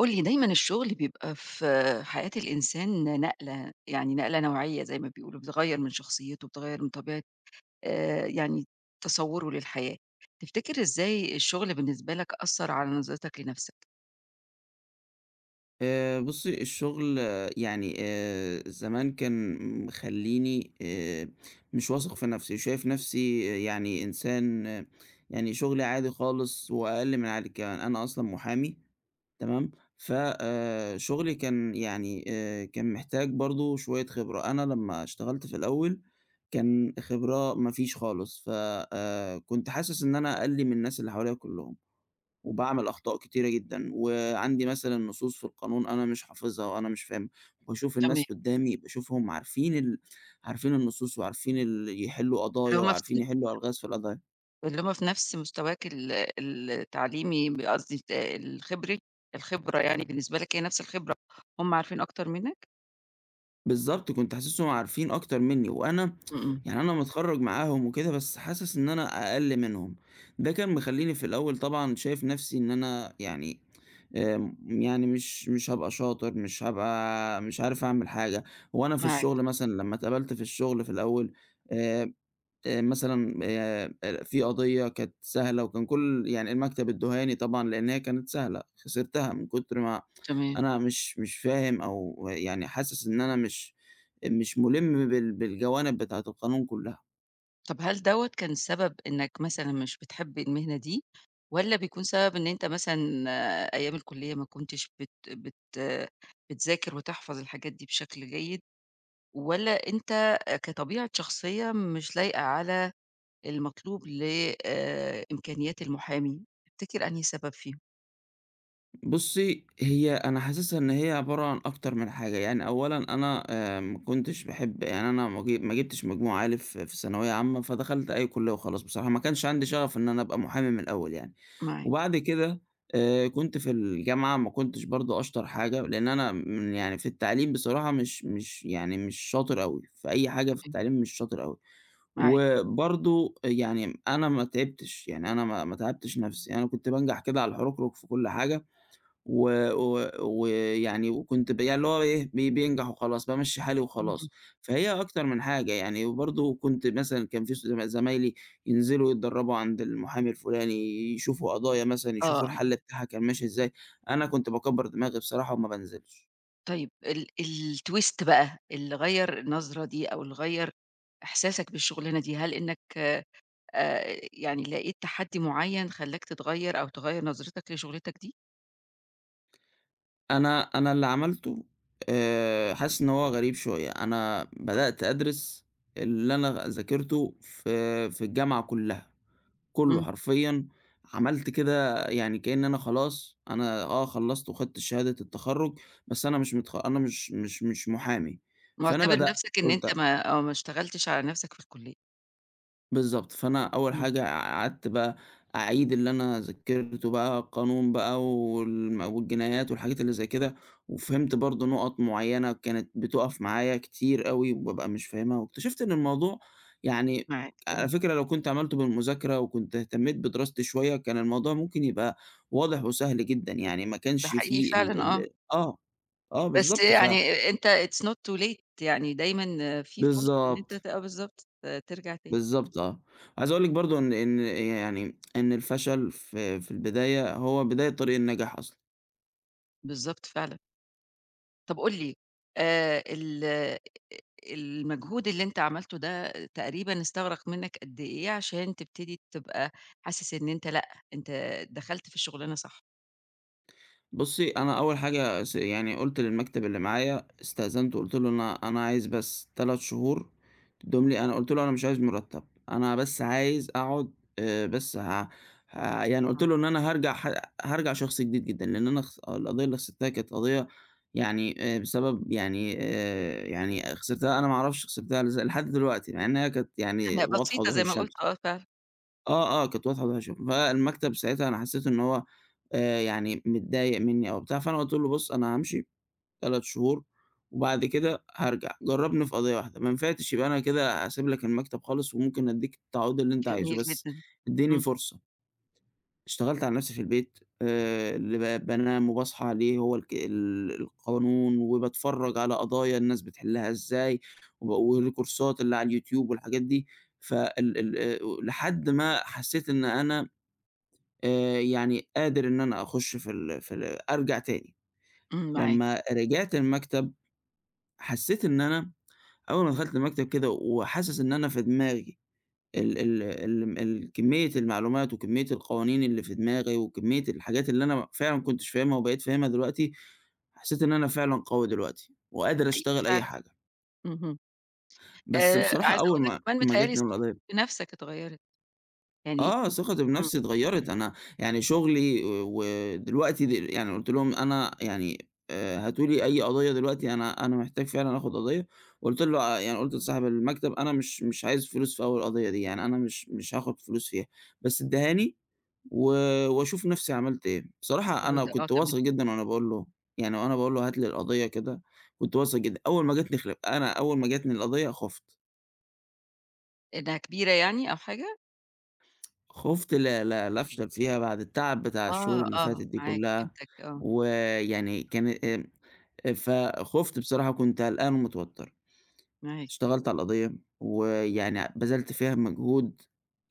قُل لي دايمًا الشغل بيبقى في حياة الإنسان نقلة، يعني نقلة نوعية زي ما بيقولوا، بتغيّر من شخصيته، بتغيّر من طبيعة، يعني تصوّره للحياة. تفتكر إزاي الشغل بالنسبة لك أثّر على نظرتك لنفسك؟ بُصّي، الشغل يعني زمان كان مخلّيني مش واثق في نَفْسي، شايف نَفْسي يعني إنسان يعني شغلي عادي خالص وأقل من عادي كمان، أنا أصلًا محامي. تمام. ف شغلي كان يعني كان محتاج برضه شوية خبرة، أنا لمّا اشتغلت في الأول كان خبرة ما فيش خالص، ف كنت حاسس إن أنا أقل من الناس اللي حواليّا كلّهم. وباعمل أخطاء كتيرة جدًا، وعندي مثلًا نصوص في القانون أنا مش حافظها وأنا مش فاهمها، وباشوف تمام. الناس قدّامي باشوفهم عارفين عارفين النصوص وعارفين يحلّوا اللي قضايا هُم في وعارفين س يحلّوا ألغاز في القضايا. اللي هُم في نفس مستواك التعليمي، قصدي الت الخبري الخبرة، يعني بالنسبة لك هي نفس الخبرة، هُم عارفين أكتر منك؟ بالضبط، كنت حاسسهم عارفين أكتر منّي، وأنا إمم، إمم، يعني أنا متخرّج معاهم وكده، بس حاسس إن أنا أقل منهم. ده كان مخلّيني في الأول طبعًا شايف نفسي إن أنا يعني آمم، يعني مش هابقى شاطر، مش عارف أعمل حاجة. هو أنا في معاك، الشغل مثلًا لمّا اتقبلت في الشغل في الأول، آآ، مثلًا، في قضية كانت سهلة وكان يعني المكتب ادّاها لي طبعًا لإن هي كانت سهلة، خسرتها من كتر ما تمام. أنا مش فاهم، أو يعني حاسس إن أنا مش مُلِم بالجوانب بتاعة القانون كلها. طب هل دوّة كان سبب إنك مثلًا مش بتحب المهنة دي، والّا بيكون سبب إن أنت مثلًا، أيام الكلية ما كنتش بت بت آه، بتذاكر وتحفظ الحاجات دي بشكل جيد، والّا أنت كطبيعة شخصية مش لايقة على المطلوب ل إمكانيات المحامي؟ تفتكر أنهي سبب فيهم؟ بُصّي، هي أنا حاسسها إن هي عبارة عن أكتر من حاجة، يعني أولًا أنا ما كنتش باحب، يعني أنا ما جِبتش مجموع عالي في ثانوية عامة، فدخلت أي كُلّية وخلاص بصراحة، ما كانش عندي شغف إن أنا أبقى محامي من الأول يعني. معاك، وبعد كده كنت في الجامعة ما كنتش برضه أشطر حاجة، لإن أنا يعني في التعليم بصراحة مش يعني مش شاطر أوي، في أي حاجة في تمام، التعليم مش شاطر أوي. معاك، وبرضه يعني أنا ما تعبتش، يعني أنا ما تعبتش نفسي، أنا كنت بانجح كده على الحرُكرُك في كل حاجة، و و ويعني وكنت ب يعني اللي هو إيه، بينجح وخلاص، بامشّي حالي اهم، وخلاص. فهي أكتر من حاجة يعني، وبرضه كنت مثلًا كان في س زم زمايلي ينزلوا يتدرّبوا عند المحامي الفُلاني، يشوفوا قضايا مثلًا، يشوفوا آه، الحَل بتاعها كان ماشي إزاي، أنا كنت باكبّر دماغي بصراحة وما بانزلش. طيب الtwist بقى اللي غيّر النظرة دي أو اللي غيّر إحساسك بالشغلانة دي، هل إنك يعني لقيت تحدّي معيّن خلّاك تتغيّر أو تغيّر نظرتك لشغلتك دي؟ أنا اللي عملته، حاسس إن هو غريب شوية، أنا بدأت أدرس اللي أنا ذاكرته في الجامعة كُلّها. كله إمم، حرفيًا. عملت كده يعني كأن أنا خلاص أنا خلّصت وخدت شهادة التخرُّج، بس أنا مش متخ أنا مش محامي. فأنا مُعتبر بدأت نَفْسك إن أنت قُلت: ما اشتغلتش على نَفْسك في الكُلّية. بالضبط. فأنا أول إمم، حاجة قعدت بقى أعيد اللي أنا ذاكرته بقى القانون بقى والجنايات والحاجات اللي زي كده، وفهمت برضه نُقط معيّنة كانت بتُقف معايا كتير أوي وبابقى مش فاهمها. واكتشفت إن الموضوع، يعني معاك تمام، على فكرة لو كنت عملته بالمذاكرة وكنت اهتميت بدراستي شوية، كان الموضوع ممكن يبقى واضح وسهل جدًا، يعني ما ده كانش حقيقي في ال فعلًا آه، ال آه، آه، بس بالضبط. يعني أنت it's not too late، يعني دايمًا في فرصة إن أنت بالضبط. ت آه بالضبط، ترجع تاني، بالضبط، آه. عايز أقول لِك برضه إن الفشل في البداية هو بداية طريق النجاح أصلًا. بالضبط فعلًا. طَب قُل لي ال المجهود اللي أنت عملته ده تقريبًا استغرق منّك قد إيه عشان تبتدي تبقى حاسس إن أنت لأ، أنت دخلت في الشغلانة صح؟ بُصّي، أنا أول حاجة يعني قُلت للمكتب اللي معايا استأذنته وقُلت له: "أنا عايز بس 3 شهور تدّيهم لي." أنا قُلت له: "أنا مش عايز مُرتّب، أنا بس عايز أقعد بس ه ه" يعني قُلت آه. له إن أنا هارجع شخص جديد جدًا، لإن أنا خس القضية اللي خسرتها كانت قضية، يعني بسبب، يعني يعني خسرتها أنا ما أعرفش خسرتها لحد دلوقتي، مع إن هي كانت يعني هي واضحة بسيطة وضوح زي ما قُلت الشمس. آه فعلًا، آه، آه، كانت واضحة ووحشة. فالمكتب ساعتها أنا حسّيت إن هو يعني متضايق منّي أو بتاع، فأنا قُلت له: "بُص أنا هامشي 3 شهور وبعد كده هارجع، جرّبني في قضية واحدة، ما نفعتش يبقى أنا كده هاسيب لك المكتب خالص وممكن أدّيك التعويض اللي أنت عايزه، جميل بس جدًا. ادّيني إمم، فرصة." اشتغلت على نَفْسي في البيت، اللي بانام وباصحى عليه هو الك ال القانون، وباتفرّج على قضايا الناس بتحلّها إزاي، والكورسات اللي على اليوتيوب والحاجات دي. فال ال لحد ما حسّيت إن أنا يعني قادر إن أنا أخُش في ال في ال أرجع تاني. إمم، معاك لمّا رجعت المكتب حسّيت إن أنا أول ما دخلت المكتب كده وحاسس إن أنا في دماغي، ال ال ال ال كمية المعلومات وكمية القوانين اللي في دماغي وكمية الحاجات اللي أنا فعلًا ما كنتش فاهمها وبقيت فاهمها دلوقتي، حسّيت إن أنا فعلًا قوي دلوقتي وقادر حقيقي أشتغل أي فعلًا، حاجة. اهم. بس بصراحة عايزة أول أقول لك ما كمان متهيأ لي جاتني ثقتك القضية، بنفسك اتغيّرت، يعني آه، ثقتي إمم، بنفسي اتغيّرت، أنا يعني شغلي، آه، ودلوقتي يعني قُلت لهم أنا يعني، هاتوا لي أي قضية دلوقتي، أنا محتاج فعلًا آخُد قضية. قُلت له، آه، يعني قُلت لصاحب المكتب أنا مش عايز فلوس في أول قضية دي، يعني أنا مش هاخُد فلوس فيها، بس ادّيها لي و وأشوف نفسي عملت إيه. بصراحة حلو أنا ده، آه كنت تمام، واثق جدًا وأنا باقول له، يعني وأنا باقول له هات لي القضية كده، كنت واثق جدًا. أول ما جات لي خل أنا أول ما جاتني القضية خُفت. إنها كبيرة يعني أو حاجة؟ خُفت ل ل لأفشل فيها بعد التعب بتاع آه، الشهور اللي آه، فاتت دي معاك كلّها، فهمتك آه، ويعني كان، فخُفت بصراحة، كنت قلقان ومتوتّر. معاك اشتغلت على القضية، ويعني بذلت فيها مجهود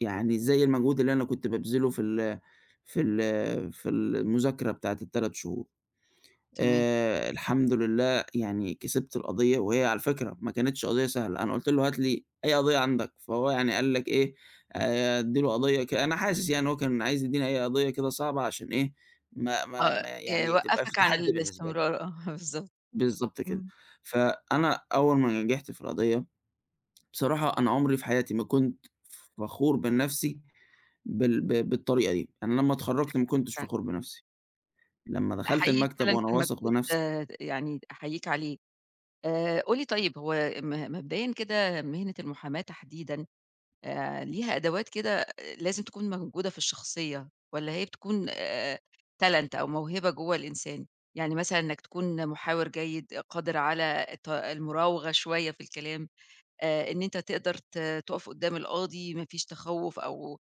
يعني زي المجهود اللي أنا كنت بابذله في المذاكرة بتاعة ال3 شهور. تمام، الحمد لله، يعني كسبت القضية، وهي على فكرة ما كانتش قضية سهلة. أنا قُلت له: "هات لي أي قضية عندك." فهو يعني قال لك إيه، أدّي له قضية ك أنا حاسس يعني هو كان عايز يدّيني أي قضية كده صعبة عشان إيه، ما ما آه، ما يعني تبقى في وقّفك عن تحدي بالنسبة لي. الاستمرار، بالضبط، بالضبط كده. إمم، فأنا أول ما نجحت في القضية، بصراحة أنا عمري في حياتي ما كنت فخور بنَفْسي بالطريقة دي. أنا لمّا اتخرّجت عندك ما حق كنتش فعلًا، فخور بنَفْسي، لمّا دخلت حقيقي المكتب فعلًا وأنا كان واثق مجهود بنَفْسي. يعني أحييك عليه. قُل لي طيب هو مبدئيًا كده مهنة المحاماة تحديدًا ليها أدوات كده لازم تكون موجودة في الشخصية، والّا هي بتكون talent أو موهبة جوّه الإنسان؟ يعني مثلًا إنك تكون محاور جيد، قادر على المراوغة شوية في الكلام، إن أنت تقدر تقف قدّام القاضي ما فيش تخوّف أو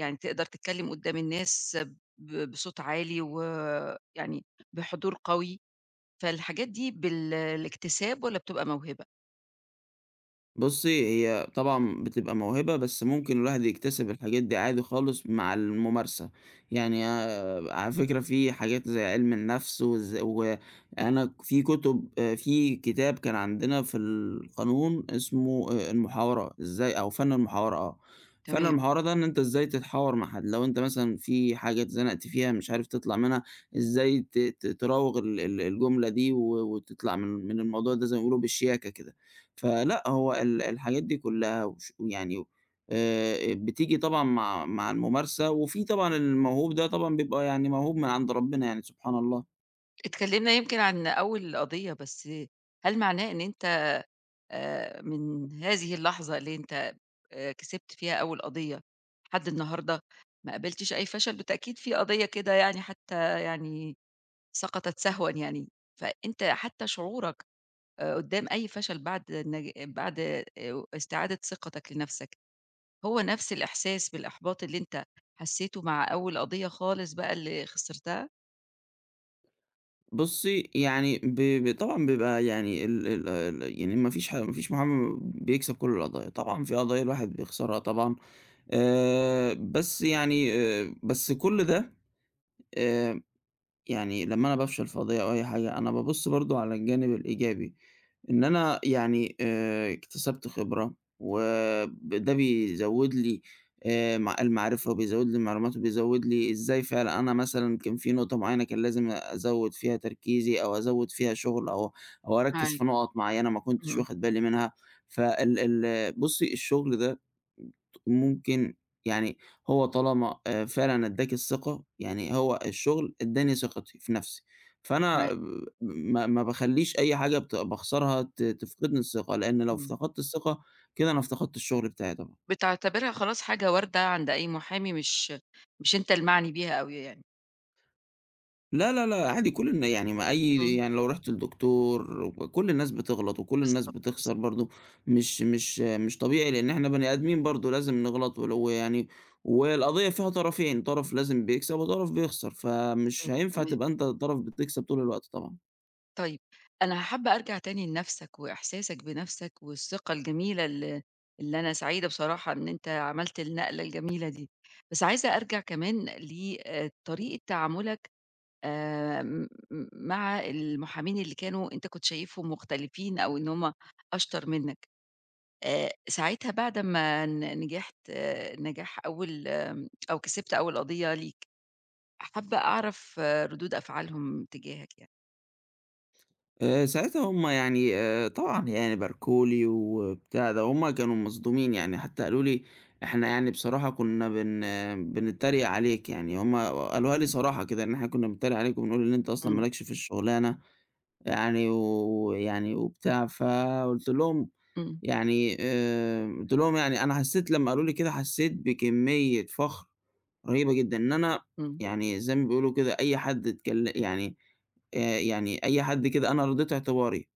يعني تقدر تتكلّم قدّام الناس بصوت عالي ويعني بحضور قوي، فالحاجات دي بالاكتساب والّا بتبقى موهبة؟ بُصّي، هي طبعًا بتبقى موهبة، بس ممكن الواحد يكتسب الحاجات دي عادي خالص مع الممارسة، يعني على فكرة في حاجات زي علم النفس، وأنا في كتب، في كتاب كان عندنا في القانون اسمه، المحاورة، إزاي، أو فن المحاورة، آه، فن تمام. المحاورة ده إن أنت إزاي تتحاور مع حد، لو أنت مثلًا في حاجة اتزنقت فيها مش عارف تطلع منها، إزاي ت ت تراوغ ال ال الجملة دي وتطلع من الموضوع ده زي ما بيقولوا بالشياكة كده. فلأ، هو الحاجات دي كلّها، ويعني بتيجي طبعًا مع الممارسة، وفي طبعًا الموهوب ده طبعًا بيبقى يعني موهوب من عند ربنا، يعني سبحان الله. اتكلمنا يمكن عن أول قضية، بس هل معناه إن أنت من هذه اللحظة اللي أنت كسبت فيها أول قضية لحد النهارده ما قابلتش أي فشل؟ بالتأكيد في قضية كده يعني حتى يعني سقطت سهوا يعني، فأنت حتى شعورك قدّام أي فشل بعد استعادة ثقتك لنفسك، هو نفس الإحساس بالإحباط اللي أنت حسيته مع أول قضية خالص بقى اللي خسرتها؟ بُصّي، يعني ب ب طبعًا بيبقى يعني ال ال ال يعني ما فيش ما فيش محامي بيكسب كل القضايا، طبعًا في قضايا الواحد بيخسرها طبعًا، بس يعني بس كل ده آآ يعني لمّا أنا بافشل في قضية أو أي حاجة، أنا بابُص برضه على الجانب الإيجابي. إن أنا يعني اكتسبت خبرة، وده بيزوّد لي مع المعرفة وبيزوّد لي المعلومات وبيزوّد لي إزاي. فعلًا أنا مثلًا كان في نقطة معيّنة كان لازم أزوّد فيها تركيزي أو أزوّد فيها شغل أو أركّز معاك، في نُقط معيّنة ما كنتش إمم. واخد بالي منها. فال ال بُصّي الشغل ده ممكن، يعني هو طالما فعلًا ادّاك الثقة، يعني هو الشغل ادّاني ثقتي في نَفْسي. فأنا معاك، ما باخلّيش أي حاجة باخسرها تفقدني الثقة، لإن لو إمم. افتقدت الثقة كده أنا افتقدت الشغل بتاعي طبعًا. بتعتبرها خلاص حاجة واردة عند أي محامي، مش أنت المعني بيها أوي يعني. لا، لا، لا، عادي. كل الن يعني ما أي إمم. يعني لو رُحت لدكتور، كل الناس بتغلط وكل الناس بالضبط، بتخسر بالضبط، برضه، مش طبيعي، لإن إحنا بني آدمين برضه لازم نغلط، ويعني والقضية فيها طرفين، طرف لازم بيكسب وطرف بيخسر، فمش بالضبط، هينفع تمام. تبقى أنت طرف بتكسب طول الوقت طبعًا. طيب أنا حابة أرجع تاني لنفسك وإحساسك بنفسك والثقة الجميلة اللي أنا سعيدة بصراحة إن أنت عملت النقلة الجميلة دي، بس عايزة أرجع كمان ل طريقة تعاملك، آآ، م مع المحامين اللي أنت كنت شايفهم مختلفين أو إن هم أشطر منك. ساعتها بعد ما نجحت آه، نجاح أول، أو كسبت أول قضية ليك، حابة أعرف ردود أفعالهم تجاهك يعني. ساعتها هُم يعني، طبعًا يعني باركوا لي وبتاع ده، هُم كانوا مصدومين، يعني حتى قالوا لي: "إحنا يعني بصراحة كنا بن آه، بنتريق عليك." يعني هُم قالوها لي إمم، صراحة كده، إن إحنا كنا بنتريق عليك وبنقول إن أنت أصلًا ما إمم، لكش في الشغلانة يعني، وبتاع، فقُلت لهم إمم، يعني قُلت لهم يعني أنا حسّيت لمّا قالوا لي كده، حسّيت بكمية فخر رهيبة جدًا، إن أنا إمم، يعني زي ما بيقولوا كده أي حد اتكل، يعني يعني أي حد كده أنا رضيت اعتباري،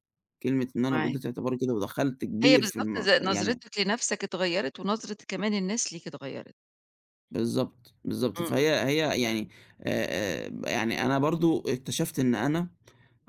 كلمة إن أنا معاك. رضيت اعتباري كده ودخلت هي كبير في بالضبط يعني. نظرتك لنفسك اتغيّرت ونظرة كمان الناس ليك اتغيّرت. بالضبط، بالضبط. إمم، فهي يعني، آآ، يعني أنا برضه اكتشفت إن أنا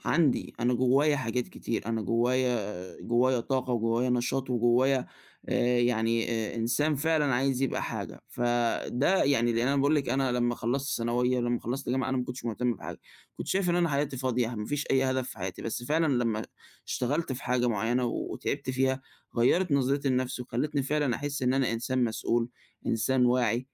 عندي، أنا جوايا حاجات كتير، أنا جوايا جوايا طاقة وجوايا نشاط وجوايا، يعني، إنسان فعلًا عايز يبقى حاجة. فده يعني، لإن أنا باقول لِك أنا لمّا خلّصت ثانوية ولمّا خلّصت جامعة أنا ما كنتش مهتم بحاجة، كنت شايف إن أنا حياتي فاضية، ما فيش أي هدف في حياتي، بس فعلًا لمّا اشتغلت في حاجة معيّنة وتعبت فيها غيّرت نظرتي لنفسي، وخلّتني فعلًا أحس إن أنا إنسان مسؤول، إنسان واعي،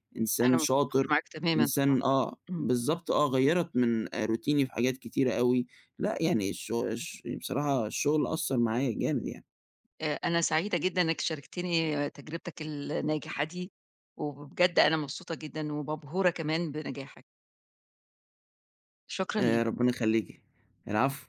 أنا إنسان متفقة شاطر، معاك تمامًا طبعًا. إنسان، آه، إمم. بالضبط، آه، غيّرت من روتيني في حاجات كتيرة أوي. لأ يعني، الش الش بصراحة الشغل أثّر معايا جامد يعني. أنا سعيدة جدًا إنك شاركتني تجربتك الناجحة دي، وبجد أنا مبسوطة جدًا ومبهورة كمان بنجاحك. شكرًا ليك. ربنا يخلّيكِ. العفو.